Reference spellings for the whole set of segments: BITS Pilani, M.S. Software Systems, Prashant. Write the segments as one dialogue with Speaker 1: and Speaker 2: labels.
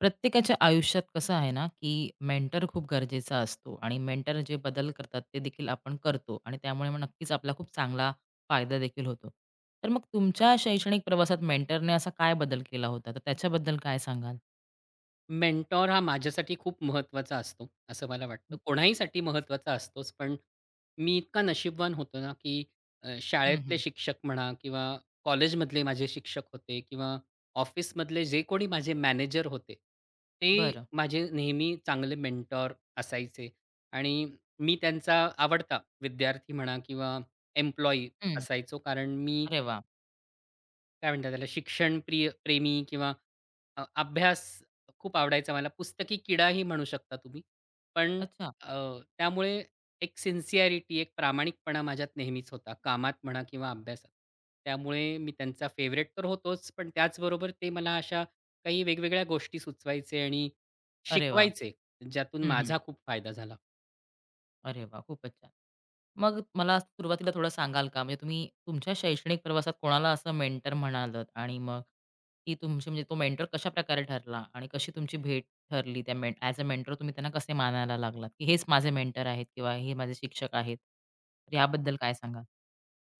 Speaker 1: प्रत्येकाच्या आयुष्यात कसं आहे ना, की मेंटर खूप गरजेचा असतो आणि मेंटर जे बदल करतात ते देखील आपण करतो आणि त्यामुळे मग नक्कीच आपला खूप चांगला फायदा देखील होतो. तर मग तुमच्या शैक्षणिक प्रवासात मेंटरने असा काय बदल केला होता? तर त्याच्याबद्दल काय सांगाल?
Speaker 2: मेंटॉर हा माझ्यासाठी खूप महत्त्वाचा असतो, असं मला वाटतं. कोणाहीसाठी महत्त्वाचा असतोच, पण मी इतका नशीबवान होतो ना, की
Speaker 1: हं,
Speaker 2: शाळेतले
Speaker 1: हं.
Speaker 2: शिक्षक म्हणा किंवा कॉलेजमधले माझे शिक्षक होते किंवा ऑफिसमधले जे कोणी माझे मॅनेजर होते, ते
Speaker 1: बरं.
Speaker 2: माझे नेहमी चांगले मेंटॉर असायचे आणि मी त्यांचा आवडता विद्यार्थी म्हणा किंवा एम्प्लॉयी
Speaker 1: हं.
Speaker 2: असायचो. कारण मी
Speaker 1: अरे वाह!
Speaker 2: काय म्हणतात त्याला, शिक्षण प्रिय प्रेमी किंवा अभ्यास खूप आवडायचा मला. पुस्तकी किडाही म्हणू शकता तुम्ही. पण
Speaker 1: अच्छा.
Speaker 2: अ, त्यामुळे एक सिन्सिअरिटी, एक प्रामाणिकपणा माझ्यात नेहमीच होता, कामात म्हणा किंवा अभ्यासात. त्यामुळे मी त्यांचा फेवरेट तर होतोच, पण त्याचबरोबर ते मला अशा काही वेगवेगळ्या गोष्टी सुचवायचे आणि
Speaker 1: अरे वाह!
Speaker 2: शिकवायचे, ज्यातून माझा खूप फायदा झाला.
Speaker 1: अरे वा, खूपच छान. मग मला सुरुवातीला थोडं सांगाल का? म्हणजे तुम्ही तुमच्या शैक्षणिक प्रवासात कोणाला असं मेंटर म्हणालात आणि मग ती तुमची म्हणजे तो मेंटर कशा प्रकारे ठरला आणि कशी तुमची भेट ठरली त्या मेंट ॲज अ मेंटर तुम्ही त्यांना कसे मानायला लागलात, की हेच माझे मेंटर आहेत किंवा हे माझे शिक्षक आहेत? तर याबद्दल काय सांगाल?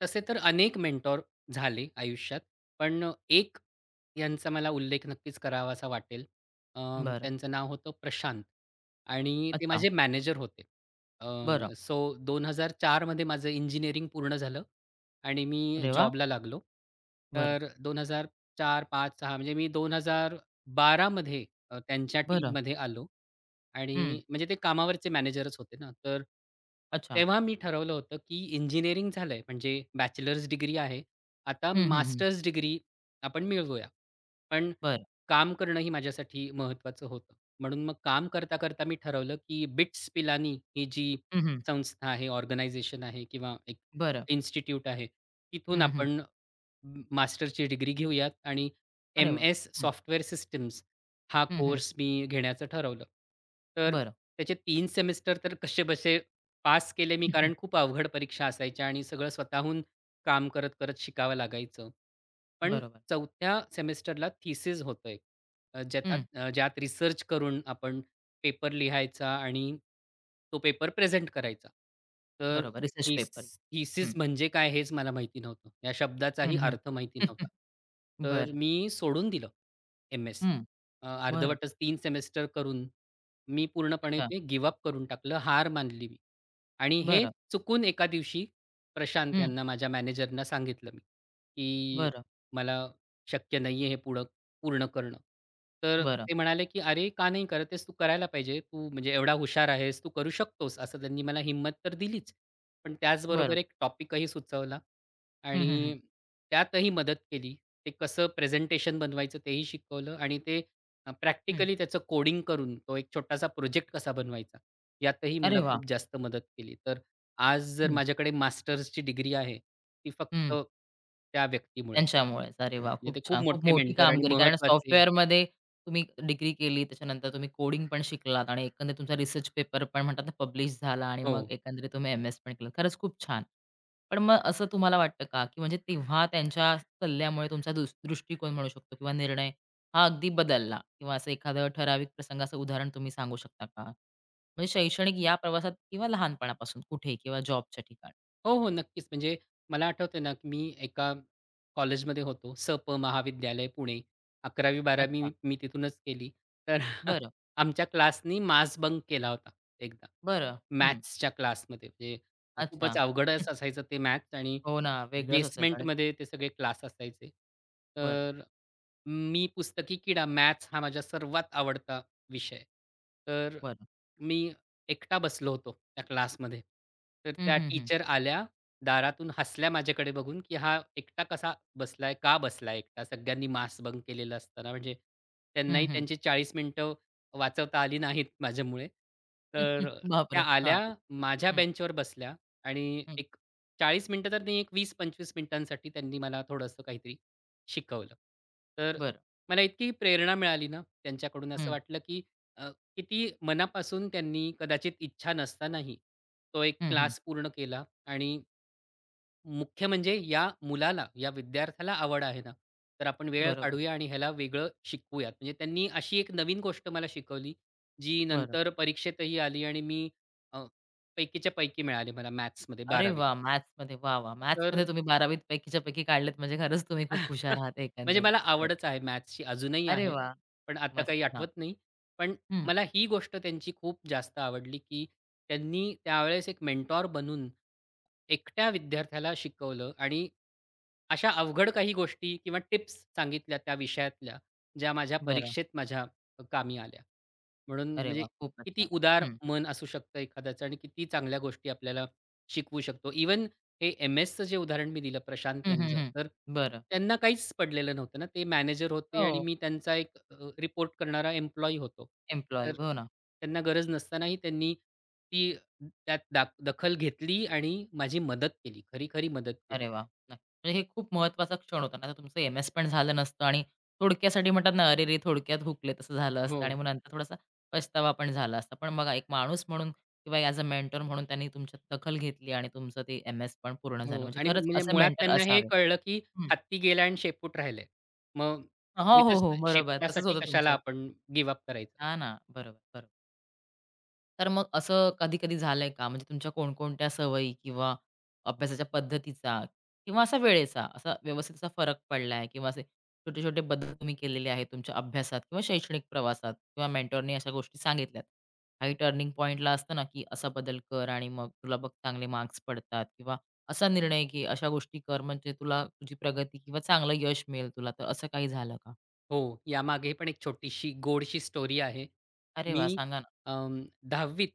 Speaker 2: तसे तर अनेक मेंटॉर झाले आयुष्यात. पण एक यांचा मला उल्लेख नक्कीच करावासा वाटेल. अ,
Speaker 1: बरं.
Speaker 2: त्यांचं नाव होतं प्रशांत आणि ते
Speaker 1: अच्छा.
Speaker 2: माझे मॅनेजर होते. अ,
Speaker 1: बरं.
Speaker 2: सो 2004 मध्ये माझं इंजिनिअरिंग पूर्ण झालं आणि मी
Speaker 1: अरे वाह!
Speaker 2: जॉबला लागलो.
Speaker 1: बरं,
Speaker 2: तर 2004, 5, 6 म्हणजे मी 2012 मध्ये त्यांच्या
Speaker 1: बरं.
Speaker 2: टीममध्ये आलो
Speaker 1: हं.
Speaker 2: आणि म्हणजे ते कामावरचे मॅनेजरच होते ना. तर
Speaker 1: अच्छा.
Speaker 2: तेव्हा मी ठरवलं होतं, की इंजिनिअरिंग झालंय म्हणजे बॅचलर्स डिग्री आहे. आता
Speaker 1: हं, हं, हं.
Speaker 2: मास्टर्स डिग्री आपण मिळवूया. पण
Speaker 1: बरं.
Speaker 2: काम करणं ही माझ्यासाठी महत्त्वाचं होतं. म्हणून मग काम करता-करता मी ठरवलं, की बिट्स पिलानी ही जी
Speaker 1: हं, हं.
Speaker 2: संस्था आहे, ऑर्गनायझेशन आहे किंवा एक
Speaker 1: बरं.
Speaker 2: इन्स्टिट्यूट आहे, तिथून
Speaker 1: हं, हं.
Speaker 2: आपण मास्टरची डिग्री घेऊयात आणि
Speaker 1: अरे वाह!
Speaker 2: एम-एस
Speaker 1: हं.
Speaker 2: सॉफ्टवेअर सिस्टम्स हा
Speaker 1: हं, हं.
Speaker 2: कोर्स मी घेण्याचं ठरवलं. तर
Speaker 1: बरं.
Speaker 2: त्याचे 3 सेमिस्टर तर कसेबसे पास केले मी
Speaker 1: हं, हं.
Speaker 2: कारण खूप अवघड परीक्षा असायच्या आणि सगळं स्वतःहून काम करत, करत शिकावं लागायचं. पण
Speaker 1: बरोबर.
Speaker 2: 4थ्या सेमेस्टरला थिसिस होतं एक.
Speaker 1: हं.
Speaker 2: ज्यात रिसर्च करून आपण पेपर लिहायचा आणि तो पेपर प्रेझेंट करायचा. तर
Speaker 1: बरोबर. Research
Speaker 2: thesis
Speaker 1: paper. हं.
Speaker 2: थिसिस म्हणजे काय हेच मला माहिती नव्हतं. या शब्दाचाही
Speaker 1: हं, हं.
Speaker 2: अर्थ माहिती नव्हता. तर
Speaker 1: बरं.
Speaker 2: मी सोडून दिलं एम-एस.
Speaker 1: हं. बरं.
Speaker 2: अर्धवटच 3 सेमेस्टर करून मी पूर्णपणे
Speaker 1: अच्छा.
Speaker 2: ते गिव्ह करून टाकलं. हार मानली मी. आणि हे
Speaker 1: बरं.
Speaker 2: चुकून एका दिवशी प्रशांत
Speaker 1: हं.
Speaker 2: यांना, माझ्या मॅनेजरना सांगितलं मी, की
Speaker 1: बरं.
Speaker 2: मला शक्य नाहीये हे पुढं पूर्ण करणं. तर
Speaker 1: बरं.
Speaker 2: ते म्हणाले, की "अरे, का नाही करत आहेस? तू करायला पाहिजे. तू म्हणजे एवढा हुशार आहेस, तू करू शकतोस." असं त्यांनी मला हिंमत तर दिलीच. पण
Speaker 1: बरं.
Speaker 2: त्याचबरोबर एक टॉपिकही सुचवला
Speaker 1: हं, हं, हं.
Speaker 2: आणि त्यातही मदत केली. ते कसं प्रेझेंटेशन बनवायचं तेही शिकवलं आणि ते
Speaker 1: हं.
Speaker 2: प्रॅक्टिकली त्याचं कोडिंग करून तो एक छोटासा प्रोजेक्ट कसा बनवायचा यातही
Speaker 1: अरे
Speaker 2: मला
Speaker 1: वाह!
Speaker 2: खूप जास्त मदत केली. तर आज जर
Speaker 1: हं.
Speaker 2: माझ्याकडे मास्टर्सची डिग्री आहे, ती फक्त
Speaker 1: हं.
Speaker 2: त्या व्यक्तीमुळेच.
Speaker 1: त्यांच्यामुळेच. अरे
Speaker 2: हो,
Speaker 1: वाह!
Speaker 2: म्हणजे
Speaker 1: खूप
Speaker 2: ते
Speaker 1: छान.
Speaker 2: खूप
Speaker 1: खूप
Speaker 2: मोठे
Speaker 1: मोठी
Speaker 2: मेंटर आणि
Speaker 1: कामगिरी कारण
Speaker 2: महत्त्वाचे
Speaker 1: सॉफ्टवेअरमध्ये तुम्ही डिग्री केली, त्याच्यानंतर तुम्ही कोडिंग पण शिकलात आणि एकंदरीत तुमचा रिसर्च पेपर पण म्हणतात ना, पब्लिश झाला आणि मग
Speaker 2: हो.
Speaker 1: एकंदरीत तुम्ही एम-एस पण केलं. खरंच खूप छान. पण मग असं तुम्हाला वाटतं का, की म्हणजे तेव्हा त्यांच्या सल्ल्यामुळे तुमचा दृष्टिकोन म्हणू शकतो किंवा निर्णय हा अगदी बदलला किंवा असं एखादं ठराविक प्रसंगाचं उदाहरण तुम्ही सांगू शकता का? म्हणजे शैक्षणिक या प्रवासात किंवा लहानपणापासून कुठे किंवा जॉबच्या ठिकाणी?
Speaker 2: हो, हो. नक्कीच. म्हणजे मला आठवतंय ना, की मी एका कॉलेजमध्ये होतो. सप महाविद्यालय पुणे. अकरावी 12वी
Speaker 1: अच्छा.
Speaker 2: मी मी तिथूनच केली. तर
Speaker 1: बरं,
Speaker 2: आमच्या क्लासनी मास बंक केला होता एकदा.
Speaker 1: बरं. हं.
Speaker 2: मॅथ्सच्या क्लासमध्ये. म्हणजे खूपच
Speaker 1: अच्छा.
Speaker 2: अवघडच असायचं ते मॅथ्स आणि
Speaker 1: हो ना, वेगळंच असायचं आणि
Speaker 2: बेसमेंटमध्ये ते सगळे क्लास असायचे.
Speaker 1: बरं,
Speaker 2: तर मी पुस्तकी किडा मॅथ्स हा माझा सर्वात आवडता विषय. तर
Speaker 1: बरं.
Speaker 2: मी एकटा बसलो होतो त्या क्लासमध्ये. तर
Speaker 1: हं,
Speaker 2: त्या
Speaker 1: हं, हं.
Speaker 2: टीचर आल्या, दारातून हसल्या माझ्याकडे बघून, की हा एकटा कसा बसलाय? का बसलाय एकटा? सगळ्यांनी मास्क बंक केलेलं असताना. म्हणजे
Speaker 1: हं,
Speaker 2: त्यांनाही
Speaker 1: हं.
Speaker 2: त्यांची 40 मिनिटं वाचवता आली नाहीत माझ्यामुळे. तर त्या
Speaker 1: बापरे! हां.
Speaker 2: आल्या, माझ्या
Speaker 1: हं,
Speaker 2: बेंचवर बसल्या आणि
Speaker 1: हं.
Speaker 2: एक 40 मिनिटं तर नाही, एक 20-25 मिनिटांसाठी त्यांनी मला थोडंसं काहीतरी शिकवलं. तर
Speaker 1: बरं.
Speaker 2: मला इतकी प्रेरणा मिळाली ना त्यांच्याकडून असं
Speaker 1: हं,
Speaker 2: वाटलं, की किती मनापासून त्यांनी कदाचित इच्छा नसतानाही तो एक
Speaker 1: हं, हं.
Speaker 2: क्लास पूर्ण केला आणि मुख्य म्हणजे या मुलाला, या विद्यार्थ्याला आवड आहे ना, तर आपण वेळ
Speaker 1: बरोबर,
Speaker 2: काढूया आणि ह्याला वेगळं शिकवूयात. म्हणजे त्यांनी अशी एक नवीन गोष्ट मला शिकवली, जी
Speaker 1: बरं.
Speaker 2: नंतर परीक्षेतही आली आणि मी अ, पैकीच्या पैकी मिळाले मला मॅथ्समध्ये
Speaker 1: अरे
Speaker 2: 12वीत.
Speaker 1: वाह! मॅथ्समध्ये वाह, वाह!
Speaker 2: तर
Speaker 1: मॅथ्समध्ये तुम्ही 12वीत पैकीच्या पैकी काढलेत म्हणजे खरंच तुम्ही खूप हुशार आहात
Speaker 2: म्हणजे
Speaker 1: एकंदरीत.
Speaker 2: मला
Speaker 1: हो.
Speaker 2: आवडच आहे मॅथ्सची अजूनही
Speaker 1: अरे
Speaker 2: आहे.
Speaker 1: वाह!
Speaker 2: पण आता
Speaker 1: मस्त.
Speaker 2: काही
Speaker 1: हां.
Speaker 2: आठवत नाही. पण
Speaker 1: हं.
Speaker 2: मला ही गोष्ट त्यांची खूप जास्त आवडली, की त्यांनी त्यावेळेस एक मेंटॉर बनून एकट्या विद्यार्थ्याला शिकवलं आणि अशा अवघड काही गोष्टी किंवा टिप्स सांगितल्या त्या विषयातल्या, ज्या माझ्या
Speaker 1: बरं.
Speaker 2: परीक्षेत माझ्या कामी आल्या. म्हणून
Speaker 1: अरे
Speaker 2: म्हणजे
Speaker 1: वाह! खूपच
Speaker 2: किती
Speaker 1: छान.
Speaker 2: उदार
Speaker 1: हं.
Speaker 2: मन असू शकतं एखाद्याचं आणि किती चांगल्या गोष्टी आपल्याला शिकवू शकतो. इव्हन हे एम-एसचं जे उदाहरण मी दिलं प्रशांत
Speaker 1: हं, हं,
Speaker 2: यांचं,
Speaker 1: हं.
Speaker 2: तर
Speaker 1: बरं.
Speaker 2: त्यांना काहीच पडलेलं नव्हतं ना. ते मॅनेजर होते आणि
Speaker 1: हो,
Speaker 2: मी त्यांचा एक रिपोर्ट करणारा एम्प्लॉयी होतो.
Speaker 1: एम्प्लॉयी.
Speaker 2: तर
Speaker 1: हो ना.
Speaker 2: त्यांना गरज नसतानाही त्यांनी ती त्यात दखल घेतली आणि माझी मदत केली. खरी-खरी मदत केली.
Speaker 1: अरे वाह! नक्की. म्हणजे हे खूप महत्त्वाचा क्षण होता. नाहीतर तुमचं एम-एस पण झालं नसतं आणि थोडक्यासाठी म्हणतात ना, "अरेरे! थोडक्यात हुकले" तसं झालं
Speaker 2: हो.
Speaker 1: असतं आणि मग नंतर थोडासा पछतावा पण झाला असता. पण बघा, एक माणूस म्हणून किंवा ॲज अ मेंटर म्हणून त्यांनी तुमच्यात दखल घेतली आणि तुमचं ते एम-एस पण पूर्ण झालं.
Speaker 2: हो
Speaker 1: म्हणजे
Speaker 2: आणि
Speaker 1: खरंच
Speaker 2: म्हणजे
Speaker 1: असे
Speaker 2: मुळात
Speaker 1: मेंटर
Speaker 2: त्यांना हे
Speaker 1: असावे.
Speaker 2: कळलं, की
Speaker 1: हं.
Speaker 2: हत्ती गेला आणि शेपूट राहिलंय. मग
Speaker 1: हो, हो,
Speaker 2: उगीचच
Speaker 1: हो. बरोबर. तसंच
Speaker 2: शेपटासाठी
Speaker 1: होतं
Speaker 2: कशाला
Speaker 1: तुमचं.
Speaker 2: आपण गिव्ह अप करायचं.
Speaker 1: हां ना. बरोबर, बरोबर. तर मग असं कधी-कधी झालंय का? म्हणजे तुमच्या कोणकोणत्या सवयी किंवा अभ्यासाच्या पद्धतीचा किंवा असा वेळेचा असा व्यवस्थित असा फरक पडलाय किंवा असे छोटे-छोटे बदल तुम्ही केलेले आहेत तुमच्या अभ्यासात किंवा शैक्षणिक प्रवासात किंवा मेंटॉरनी अशा गोष्टी सांगितल्यात. काही टर्निंग पॉइंटला असतं ना, की असा बदल कर आणि मग तुला बघ चांगले मार्क्स पडतात किंवा असा निर्णय घे, अशा गोष्टी कर म्हणजे तुला तुझी प्रगती किंवा चांगलं यश मिळेल तुला. तर असं काही झालं का?
Speaker 2: हो, यामागे पण एक छोटीशी गोडशी स्टोरी आहे.
Speaker 1: अरे
Speaker 2: मी
Speaker 1: वाह! सांगा ना.
Speaker 2: अं, 10वीत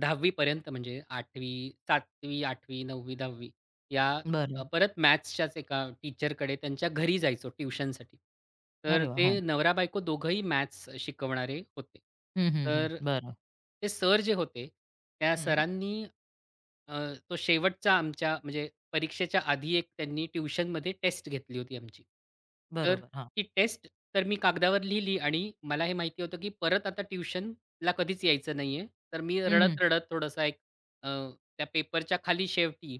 Speaker 2: 10वी पर्यंत म्हणजे आठवी 7वी, आठवी नववी 10वी या
Speaker 1: बरं.
Speaker 2: परत मॅथ्सच्याच एका टीचरकडे त्यांच्या घरी जायचो ट्युशनसाठी. तर
Speaker 1: अरे वाह!
Speaker 2: ते
Speaker 1: हं.
Speaker 2: नवरा-बायको दोघंही मॅथ्स शिकवणारे होते.
Speaker 1: हं, हं, हं.
Speaker 2: तर
Speaker 1: बरं.
Speaker 2: ते सर जे होते, त्या
Speaker 1: हं.
Speaker 2: सरांनी अ, तो शेवटचा आमच्या म्हणजे परीक्षेच्या आधी एक त्यांनी ट्युशनमध्ये टेस्ट घेतली होती आमची. तर
Speaker 1: बरोबर. हां.
Speaker 2: ती टेस्ट तर मी कागदावर लिहिली आणि मला हे माहिती होतं, की परत आता ट्युशनला कधीच यायचं नाहीये. तर मी
Speaker 1: हं, हं.
Speaker 2: रडत-रडत थोडासा एक अ, त्या पेपरच्या खाली शेवटी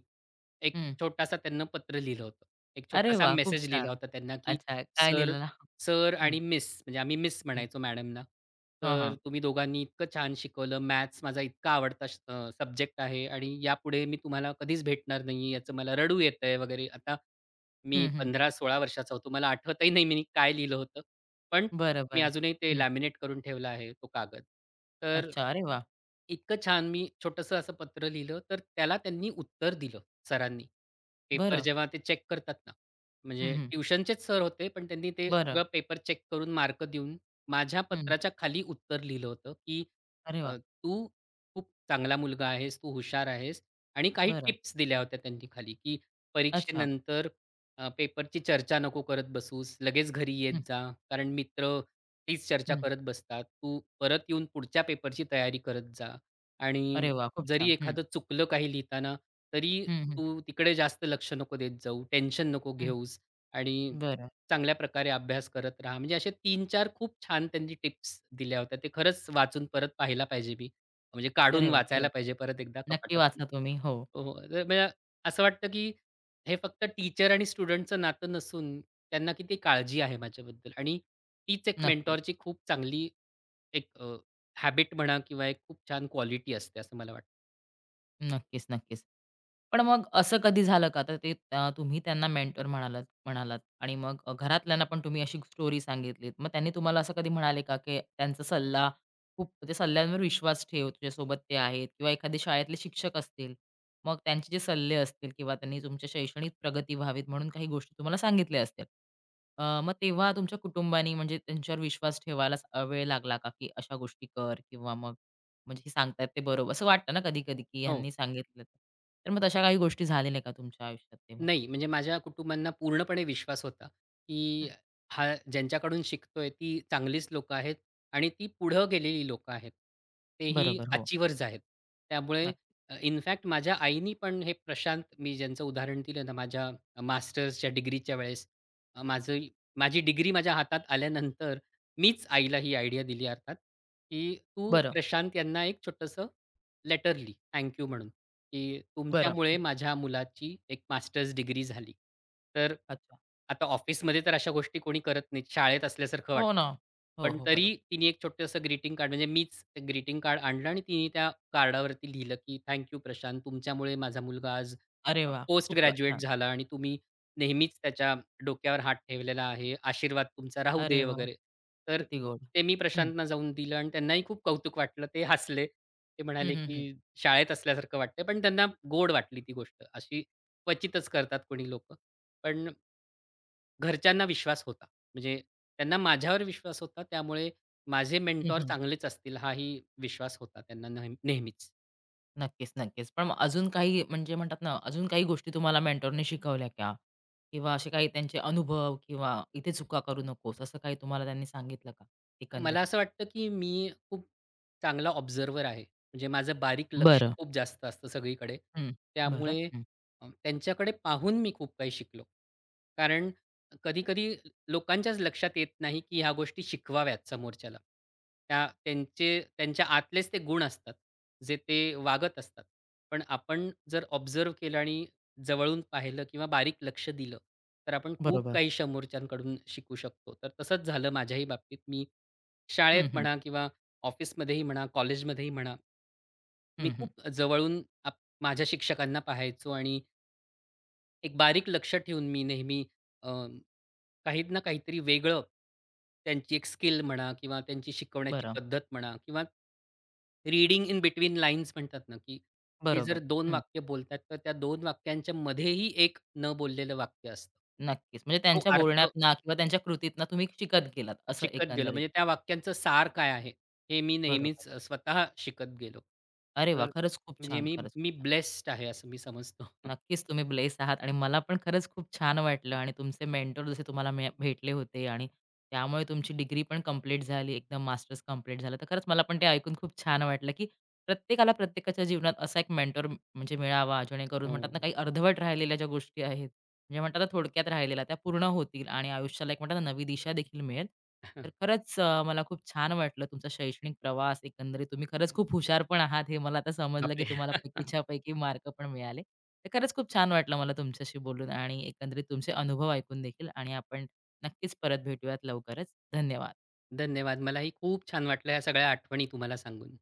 Speaker 2: एक
Speaker 1: हं.
Speaker 2: छोटासा त्यांना पत्र लिहिलं होतं. एक
Speaker 1: अरे
Speaker 2: छोटासा
Speaker 1: वाह! खूप
Speaker 2: मेसेज लिहिला
Speaker 1: छान.
Speaker 2: होता त्यांना, की
Speaker 1: अच्छा, काय
Speaker 2: "सर
Speaker 1: लिहिलेलं?
Speaker 2: सर
Speaker 1: हं,
Speaker 2: आणि मिस" म्हणजे आम्ही मिस
Speaker 1: हं.
Speaker 2: म्हणायचो मॅडमना.
Speaker 1: हां,
Speaker 2: "तर
Speaker 1: हां.
Speaker 2: तुम्ही दोघांनी इतकं छान शिकवलं. मॅथ्स माझा इतका आवडता सब्जेक्ट आहे आणि यापुढे मी तुम्हाला कधीच भेटणार नाही. याचं मला रडू येतंय वगैरे. आता मी
Speaker 1: हं, हं.
Speaker 2: 15 16 वर्षाचा होतो. मला आठवतही नाही मी काय लिहिलं होतं. पण
Speaker 1: बरं,
Speaker 2: मी
Speaker 1: बरं.
Speaker 2: अजूनही ते
Speaker 1: हं.
Speaker 2: लॅमिनेट करून ठेवलं आहे तो कागद. तर
Speaker 1: अच्छा, अरे वाह!
Speaker 2: इतकं छान मी छोटंसं असं पत्र लिहिलं, तर त्याला त्यांनी उत्तर दिलं सरांनी. पेपर
Speaker 1: बरं.
Speaker 2: जेव्हा ते चेक करतात ना, म्हणजे
Speaker 1: हं, हं.
Speaker 2: ट्युशनचेच सर होते, पण त्यांनी ते
Speaker 1: बरं.
Speaker 2: सगळं पेपर चेक करून मार्क देऊन माझ्या
Speaker 1: हं.
Speaker 2: पत्राच्या खाली उत्तर लिहिलं होतं, की
Speaker 1: अरे वाह!
Speaker 2: "तू खूप चांगला मुलगा आहेस, तू हुशार आहेस" आणि काही
Speaker 1: बरं.
Speaker 2: टिप्स दिल्या होत्या त्यांनी खाली, की
Speaker 1: अच्छा.
Speaker 2: "परीक्षेनंतर पेपरची चर्चा नको करत बसूस, लगेच घरी येत
Speaker 1: हं,
Speaker 2: जा, कारण मित्र तीच चर्चा
Speaker 1: हं.
Speaker 2: करत बसतात. तू परत येऊन पुढच्या पेपरची तयारी करत जा आणि
Speaker 1: अरे वाह! खूप
Speaker 2: जरी
Speaker 1: छान. हं.
Speaker 2: एखादं चुकलं काही लिहिताना, तरी
Speaker 1: हं, हं.
Speaker 2: तू तिकडे जास्त लक्ष नको देत जाऊ, टेन्शन नको
Speaker 1: हं.
Speaker 2: घेऊस आणि
Speaker 1: बरं.
Speaker 2: चांगल्या प्रकारे अभ्यास करत राहा. म्हणजे असे 3-4 खूप छान त्यांनी टिप्स दिल्या होत्या. ते खरंच वाचून परत पाहायला पाहिजे मी. म्हणजे
Speaker 1: अरे
Speaker 2: काढून
Speaker 1: वाह!
Speaker 2: वाचायला
Speaker 1: खरंच.
Speaker 2: पाहिजे परत एकदा
Speaker 1: नक्की
Speaker 2: कपाटातून.
Speaker 1: वाचा तुम्ही. हो.
Speaker 2: हो, हो. तर मला असं वाटतं, की हे फक्त टीचर आणि स्टुडंटचं नातं नसून त्यांना किती काळजी आहे माझ्याबद्दल आणि तीच एक
Speaker 1: नक्कीच.
Speaker 2: मेंटॉरची खूप चांगली एक हॅबिट म्हणा किंवा एक खूप छान क्वालिटी असते असं मला वाटतं.
Speaker 1: नक्कीच, नक्कीच. पण मग असं कधी झालं का? तर ते तुम्ही त्यांना मेंटर म्हणालात म्हणालात आणि मग घरातल्यांना पण तुम्ही अशी स्टोरी सांगितलीत. मग त्यांनी तुम्हाला असं कधी म्हणाले का, की त्यांचा सल्ला खूप म्हणजे सल्ल्यांवर विश्वास ठेव, तुझ्यासोबत ते आहेत किंवा एखादे शाळेतले शिक्षक असतील, मग त्यांचे जे सल्ले असतील किंवा त्यांनी तुमच्या शैक्षणिक प्रगती व्हावीत म्हणून काही गोष्टी तुम्हाला सांगितल्या असतील. मग तेव्हा तुमच्या कुटुंबानी म्हणजे त्यांच्यावर विश्वास ठेवायला वेळ लागला का, की अशा गोष्टी कर किंवा मग म्हणजे हे सांगतायत ते बरोबर असं वाटतं ना कधी-कधी, की
Speaker 2: हो.
Speaker 1: ह्यांनी सांगितलं तर. तर मग तशा काही गोष्टी झालेल्या का तुमच्या आयुष्यात तेव्हा?
Speaker 2: नाही, म्हणजे माझ्या कुटुंबांना पूर्णपणे विश्वास होता, की
Speaker 1: हं.
Speaker 2: हा ज्यांच्याकडून शिकतोय ती चांगलीच लोकं आहेत आणि ती पुढं गेलेली लोकं आहेत. तेही
Speaker 1: बरोबर. हो,
Speaker 2: अचिव्हर्स आहेत. त्यामुळे
Speaker 1: नक्की.
Speaker 2: इन फॅक्ट माझ्या आईनी पण हे प्रशांत मी ज्यांचं उदाहरण दिलं ना, माझ्या मास्टर्सच्या डिग्रीच्या वेळेस अ, माझं माझी डिग्री माझ्या हातात आल्यानंतर मीच आईला ही आयडिया दिली अर्थात, की "तू
Speaker 1: बरं,
Speaker 2: प्रशांत यांना एक छोटंसं लेटरली थँक यू म्हणून, की
Speaker 1: बरं.
Speaker 2: तुमच्यामुळे
Speaker 1: हं.
Speaker 2: माझ्या मुलाची एक मास्टर्स डिग्री झाली. तर
Speaker 1: अच्छा.
Speaker 2: आता ऑफिसमध्ये तर अशा गोष्टी कोणी करत नाहीत. शाळेत असल्यासारखं वाटतं.
Speaker 1: हो ना. हो,
Speaker 2: पण
Speaker 1: हो.
Speaker 2: तरी
Speaker 1: बरोबर.
Speaker 2: तिने एक छोटंसं ग्रीटिंग कार्ड म्हणजे मीच ते ग्रीटिंग कार्ड आणलं आणि तिने त्या कार्डावरती लिहिलं, की "थँक प्रशांत. तुमच्यामुळे माझा मुलगा आज
Speaker 1: अरे वा,
Speaker 2: पोस्ट
Speaker 1: खूप
Speaker 2: ग्रॅज्युएट
Speaker 1: छान.
Speaker 2: झाला आणि तुम्ही नेहमीच त्याच्या डोक्यावर हात ठेवलेला आहे, आशीर्वाद तुमचा राहू
Speaker 1: अरे
Speaker 2: दे
Speaker 1: वा,
Speaker 2: वगैरे. तर
Speaker 1: किती गोड.
Speaker 2: ते मी
Speaker 1: हं.
Speaker 2: प्रशांतना जाऊन दिलं आणि त्यांनाही खूप कौतुक वाटलं. ते हसले. ते
Speaker 1: हं,
Speaker 2: म्हणाले,
Speaker 1: हं, हं.
Speaker 2: की शाळेत असल्यासारखं वाटतंय, पण त्यांना गोड वाटली ती गोष्ट. अशी क्वचितच करतात कोणी लोक पण घरच्यांना विश्वास होता. म्हणजे त्यांना माझ्यावर विश्वास होता. त्यामुळे माझे
Speaker 1: हं,
Speaker 2: मेंटॉर
Speaker 1: हं.
Speaker 2: चांगलेच असतील हाही विश्वास होता त्यांना नेहमीच.
Speaker 1: नक्कीच, नक्कीच. पण मग अजून काही म्हणजे म्हणतात ना, अजून काही गोष्टी तुम्हाला मेंटॉरने शिकवल्या का? किंवा असे काही त्यांचे अनुभव किंवा इथे चुका करू नकोस असं काही तुम्हाला त्यांनी सांगितलं का
Speaker 2: मला
Speaker 1: एकंदरीत?
Speaker 2: असं वाटतं, की मी खूप चांगला ऑब्झर्व्हर आहे. म्हणजे माझं बारीक लक्ष
Speaker 1: बरं.
Speaker 2: खूप जास्त असतं सगळीकडे.
Speaker 1: हं. बरं.
Speaker 2: त्यामुळे
Speaker 1: हं.
Speaker 2: त्यांच्याकडे पाहून मी खूप काही शिकलो. कारण कधी-कधी लोकांच्याच लक्षात येत नाही, की ह्या गोष्टी शिकवाव्यात समोरच्याला. त्या त्यांचे त्यांच्या आतलेच ते गुण असतात, जे ते वागत असतात. पण आपण जर ऑब्झर्व्ह केलं आणि जवळून पाहिलं किंवा बारीक लक्ष दिलं, तर आपण खूप
Speaker 1: बरोबर.
Speaker 2: काही समोरच्यांकडून शिकू शकतो. तर तसंच झालं माझ्याही बाबतीत. मी शाळेत
Speaker 1: हं, हं.
Speaker 2: म्हणा किंवा ऑफिसमध्येही म्हणा, कॉलेजमध्येही म्हणा, मी
Speaker 1: हं, हं.
Speaker 2: खूप जवळून माझ्या शिक्षकांना पाहायचो आणि एक बारीक लक्ष ठेवून मी नेहमी अ, काही ना काहीतरी वेगळं त्यांची एक स्किल म्हणा किंवा त्यांची शिकवण्याची
Speaker 1: बरं.
Speaker 2: पद्धत म्हणा किंवा रीडिंग इन बिटवीन लाईन्स म्हणतात ना, की ते जर
Speaker 1: बरोबर.
Speaker 2: 2
Speaker 1: हं.
Speaker 2: वाक्य बोलतात, तर त्या 2 वाक्यांच्या मध्येही एक न बोललेलं वाक्य असतं.
Speaker 1: नक्कीच. म्हणजे
Speaker 2: तो
Speaker 1: त्यांच्या
Speaker 2: अर्थ
Speaker 1: बोलण्यातनं किंवा त्यांच्या कृतीतनं तुम्ही शिकत गेलात असं
Speaker 2: शिकत गेलो.
Speaker 1: एकंदरीत.
Speaker 2: म्हणजे त्या वाक्यांचं सार काय आहे? हे मी
Speaker 1: बरोबर.
Speaker 2: नेहमीच स्वतः शिकत गेलो.
Speaker 1: अरे वाह!
Speaker 2: तर
Speaker 1: खरंच खूप
Speaker 2: म्हणजे
Speaker 1: छान,
Speaker 2: मी
Speaker 1: खरंच खूप
Speaker 2: मी
Speaker 1: छान.
Speaker 2: ब्लेस्ड आहे असं मी समजतो.
Speaker 1: नक्कीच तुम्ही ब्लेस आहात आणि मला पण खरंच खूप छान वाटलं आणि तुमचे मेंटर जसे तुम्हाला भेटले होते आणि त्यामुळे तुमची डिग्री पण कंप्लीट झाली, एकदम मास्टर्स कंप्लीट झालं. तर खरंच मला पण ते ऐकून खूप छान वाटलं, की प्रत्येकाला प्रत्येकाच्या जीवनात असा एक मेंटर म्हणजे मिळावा, जेणेकरून
Speaker 2: हो.
Speaker 1: म्हणतात ना, काही अर्धवट राहिलेल्या ज्या गोष्टी आहेत, म्हणजे म्हणतात ना थोडक्यात राहिलेल्या त्या पूर्ण होतील आणि आयुष्याला एक म्हणतात ना नवी दिशा देखील मिळेल. तर खरंच मला खूप छान वाटलं तुमचा शैक्षणिक प्रवास एकंदरीत तुम्ही खरंच खूप हुशार पण आहात हे मला आता समजलं की
Speaker 2: बापरे!
Speaker 1: तुम्हाला पैकीच्या पैकी मार्क पण मिळाले. तर खरंच खूप छान वाटलं मला तुमच्याशी बोलून आणि एकंदरीत तुमचे अनुभव ऐकून देखील आणि आपण नक्कीच परत भेटूयात लवकरच. धन्यवाद.
Speaker 2: धन्यवाद. मलाही खूप छान वाटलं ह्या सगळ्या आठवणी तुम्हाला सांगून.